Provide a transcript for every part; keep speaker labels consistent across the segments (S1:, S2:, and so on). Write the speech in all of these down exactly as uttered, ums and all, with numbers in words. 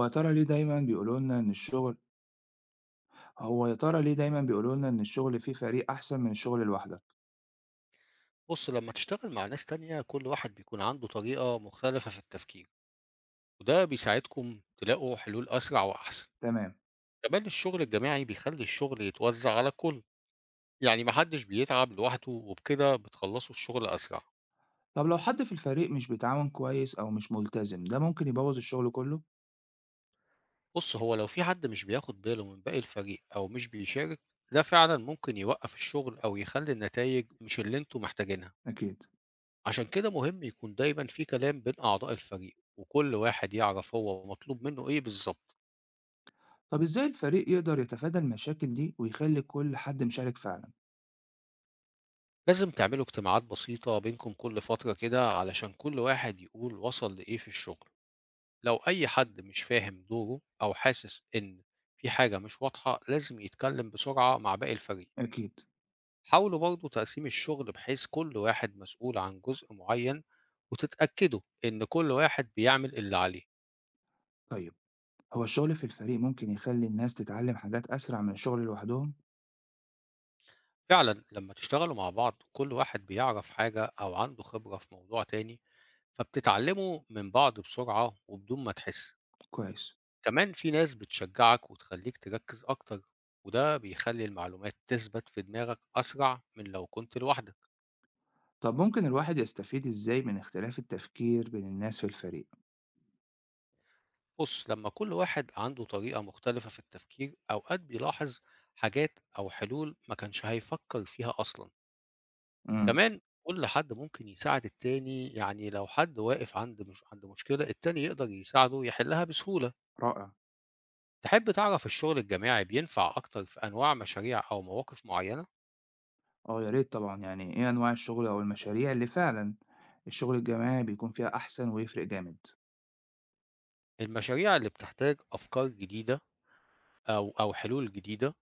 S1: هو يا ترى ليه دايمًا بيقولوا لنا إن الشغل هو يا ترى ليه دايمًا بيقولوا لنا إن الشغل في فريق أحسن من الشغل لوحدك؟
S2: بُص، لمّا تشتغل مع ناس تانية، كل واحد بيكون عنده طريقة مختلفة في التفكير، وده بيساعدكم تلاقوا حلول أسرع وأحسن.
S1: تمام.
S2: كمان الشغل الجماعي بيخلي الشغل يتوزع على الكل، يعني محدش بيتعب لوحده وبكده بتخلصوا الشغل أسرع.
S1: طب لو حد في الفريق مش بيتعاون كويس أو مش ملتزم ده ممكن يبوظ الشغل كله؟
S2: بُص، هو لو في حد مش بياخد باله من باقي الفريق أو مش بيشارك، ده فعلًا ممكن يوقف الشغل أو يخلي النتايج مش اللي انتم محتاجينها.
S1: أكيد.
S2: عشان كده مهم يكون دايمًا في كلام بين أعضاء الفريق، وكل واحد يعرف هو مطلوب منه إيه بالضبط.
S1: طب إزاي الفريق يقدر يتفادى المشاكل دي ويخلي كل حد مشارك فعلًا؟
S2: لازم تعملوا اجتماعات بسيطة بينكم كل فترة كده علشان كل واحد يقول وصل لإيه في الشغل، لو أي حد مش فاهم دوره أو حاسس إن في حاجة مش واضحة لازم يتكلم بسرعة مع باقي الفريق.
S1: أكيد.
S2: حاولوا برضو تقسيم الشغل بحيث كل واحد مسؤول عن جزء معين وتتأكدوا إن كل واحد بيعمل اللي عليه.
S1: طيب، هو الشغل في الفريق ممكن يخلي الناس تتعلم حاجات أسرع من الشغل لوحدهم؟
S2: فعلا لما تشتغلوا مع بعض كل واحد بيعرف حاجة أو عنده خبرة في موضوع تاني، فبتتعلموا من بعض بسرعة وبدون ما تحس.
S1: كويس.
S2: كمان في ناس بتشجعك وتخليك تركز أكتر، وده بيخلي المعلومات تثبت في دماغك أسرع من لو كنت لوحدك.
S1: طب ممكن الواحد يستفيد إزاي من اختلاف التفكير بين الناس في الفريق؟
S2: بص، لما كل واحد عنده طريقة مختلفة في التفكير أوقات بيلاحظ حاجات أو حلول ما كانش هيفكر فيها أصلا.
S1: امم.
S2: كمان كل حد ممكن يساعد التاني، يعني لو حد واقف عند مش... عند مشكلة التاني يقدر يساعده يحلها بسهولة.
S1: رائع.
S2: تحب تعرف الشغل الجماعي بينفع أكتر في أنواع مشاريع أو مواقف معينة؟
S1: آه، يا ريت طبعًا، يعني إيه أنواع الشغل أو المشاريع اللي فعلًا الشغل الجماعي بيكون فيها أحسن ويفرق جامد؟
S2: المشاريع اللي بتحتاج أفكار جديدة أو أو حلول جديدة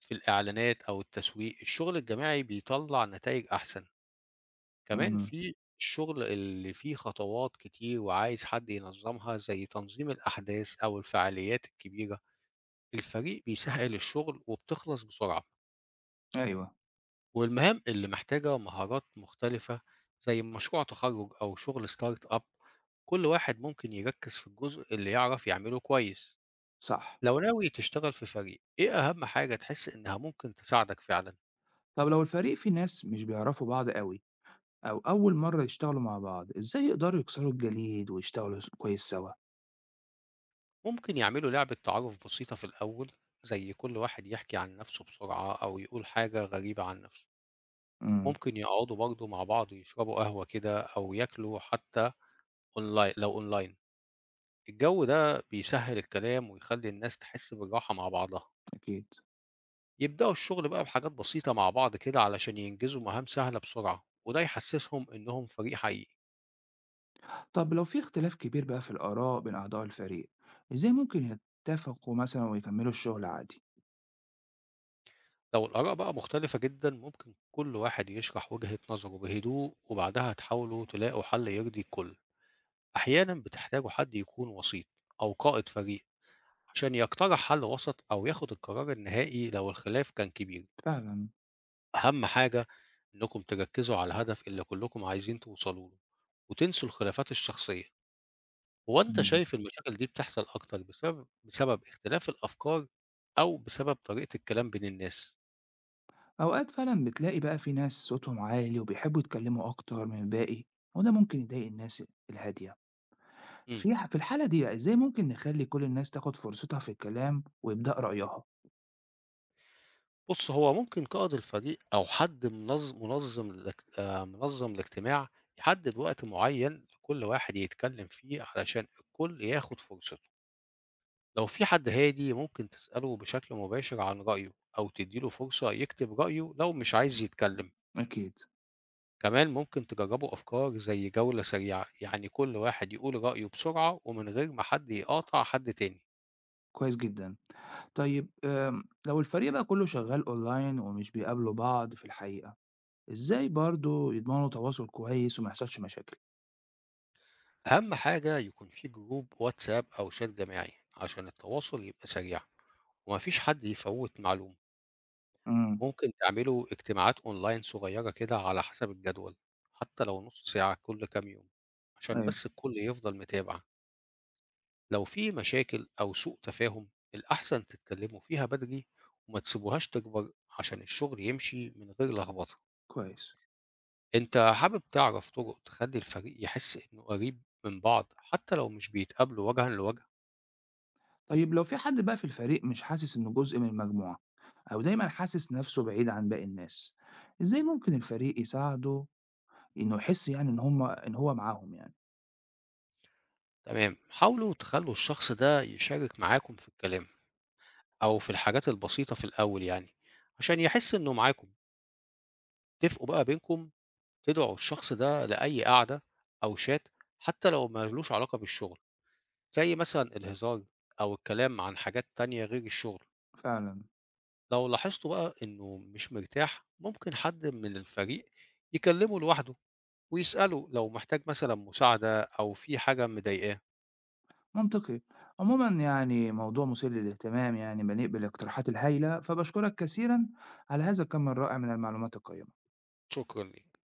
S2: في الإعلانات أو التسويق، الشغل الجماعي بيطلّع نتايج أحسن. كمان
S1: إمم.
S2: في الشغل اللي فيه خطوات كتير وعايز حد ينظّمها زي تنظيم الأحداث أو الفعاليات الكبيرة، الفريق بيسهّل الشغل وبتخلص بسرعة.
S1: أيوه.
S2: والمهام اللي محتاجة مهارات مختلفة زي مشروع تخرُّج أو شغل start up، كل واحد ممكن يركّز في الجزء اللي يعرف يعمله كويس.
S1: صح.
S2: لو ناوي تشتغل في فريق، إيه أهم حاجة تحس إنها ممكن تساعدك فعلًا؟
S1: طب لو الفريق فيه ناس مش بيعرفوا بعض أوي أو أول مرّة يشتغلوا مع بعض، إزاي يقدروا يكسروا الجليد ويشتغلوا س كويس سوا؟
S2: ممكن يعملوا لعبة تعارف بسيطة في الأول، زي كل واحد يحكي عن نفسه بسرعة أو يقول حاجة غريبة عن نفسه.
S1: إمم.
S2: ممكن يقعدوا برضه مع بعض يشربوا قهوة كده أو ياكلوا حتى أونلاين لو أونلاين. الجو ده بيسهل الكلام ويخلي الناس تحس بالراحة مع بعضها.
S1: أكيد.
S2: يبدأوا الشغل بقى بحاجات بسيطة مع بعض كده علشان ينجزوا مهام سهلة بسرعة وده يحسسهم إنهم فريق حقيقي.
S1: طب لو في اختلاف كبير بقى في الآراء بين أعضاء الفريق، إزاي ممكن يتفقوا مثلًا ويكمّلوا الشغل عادي؟
S2: لو الآراء بقى مختلفة جدا ممكن كل واحد يشرح وجهة نظره بهدوء وبعدها تحاولوا تلاقوا حل يرضي الكل. أحيانًا بتحتاجوا حد يكون وسيط أو قائد فريق عشان يقترح حل وسط أو ياخد القرار النهائي لو الخلاف كان كبير.
S1: فعلًا.
S2: أهم حاجة إنكم تركزوا على الهدف اللي كلكم عايزين توصلوا له وتنسوا الخلافات الشخصية. هو أنت
S1: إمم.
S2: شايف المشاكل دي بتحصل أكتر بسبب بسبب اختلاف الأفكار أو بسبب طريقة الكلام بين الناس؟
S1: أوقات فعلا بتلاقي بقى في ناس صوتهم عالي وبيحبوا يتكلموا أكتر من الباقي، وده ممكن يضايق الناس الهادية.
S2: إمم.
S1: في ح- في الحالة دي بقى إزاي ممكن نخلي كل الناس تاخد فرصتها في الكلام ويبدأ رأيها؟
S2: بُص، هو ممكن قائد الفريق أو حد منظ منظم الاجت آآ، منظم الاجتماع يحدد وقت معين لكل واحد يتكلم فيه علشان الكل ياخد فرصته. لو في حد هادي ممكن تسأله بشكل مباشر عن رأيه أو تدّي له فرصة يكتب رأيه لو مش عايز يتكلم.
S1: أكيد.
S2: كمان ممكن تجربوا أفكار زي جولة سريعة، يعني كل واحد يقول رأيه بسرعة ومن غير ما حد يقاطع حد تاني.
S1: كويس جدا. طيب، آم، لو الفريق بقى كله شغال أونلاين ومش بيقابلوا بعض في الحقيقة، إزاي برضو يضمنوا تواصل كويس وما يحصلش مشاكل؟
S2: أهم حاجة يكون في جروب واتساب أو شات جماعي عشان التواصل يبقى سريع، ومفيش حد يفوّت معلومة.
S1: امم.
S2: ممكن تعملوا اجتماعات أونلاين صغيّرة كده على حسب الجدول، حتى لو نُص ساعة كل كام يوم، عشان
S1: ايوه.
S2: بس الكل يفضل متابع. لو في مشاكل أو سوء تفاهم، الأحسن تتكلموا فيها بدري وما تسيبوهاش تكبر عشان الشغل يمشي من غير لخبطة.
S1: كويس.
S2: أنت حابب تعرف طرق تخلّي الفريق يحس إنه قريب من بعض حتى لو مش بيتقابلوا وجهًا لوجه؟
S1: طيب لو في حد بقى في الفريق مش حاسس إنه جزء من المجموعة أو دايما حاسس نفسه بعيد عن باقي الناس، إزاي
S2: إمم.
S1: ممكن الفريق يساعده إنه يحس، يعني إن هما إن هو معاهم يعني؟
S2: تمام، حاولوا تخلّوا الشخص ده يشارك معاكم في الكلام، أو في الحاجات البسيطة في الأول يعني، عشان يحس إنه معاكم. اتفقوا بقى بينكم تدعوا الشخص ده لأي قعدة أو شات حتى لو مالوش علاقة بالشغل، زي مثلًا الهزار أو الكلام عن حاجات تانية غير الشغل.
S1: فعلا.
S2: لو لاحظتوا بقى إنه مش مرتاح ممكن حد من الفريق يكلمه لوحده ويسأله لو محتاج مثلًا مساعدة أو في حاجة مضايقاه.
S1: منطقي. عموما يعني موضوع مثير للاهتمام، يعني بنقبل الاقتراحات الهايلة، فبشكرك كثيرا على هذا الكم الرائع من المعلومات القيمة.
S2: شكرًا ليك.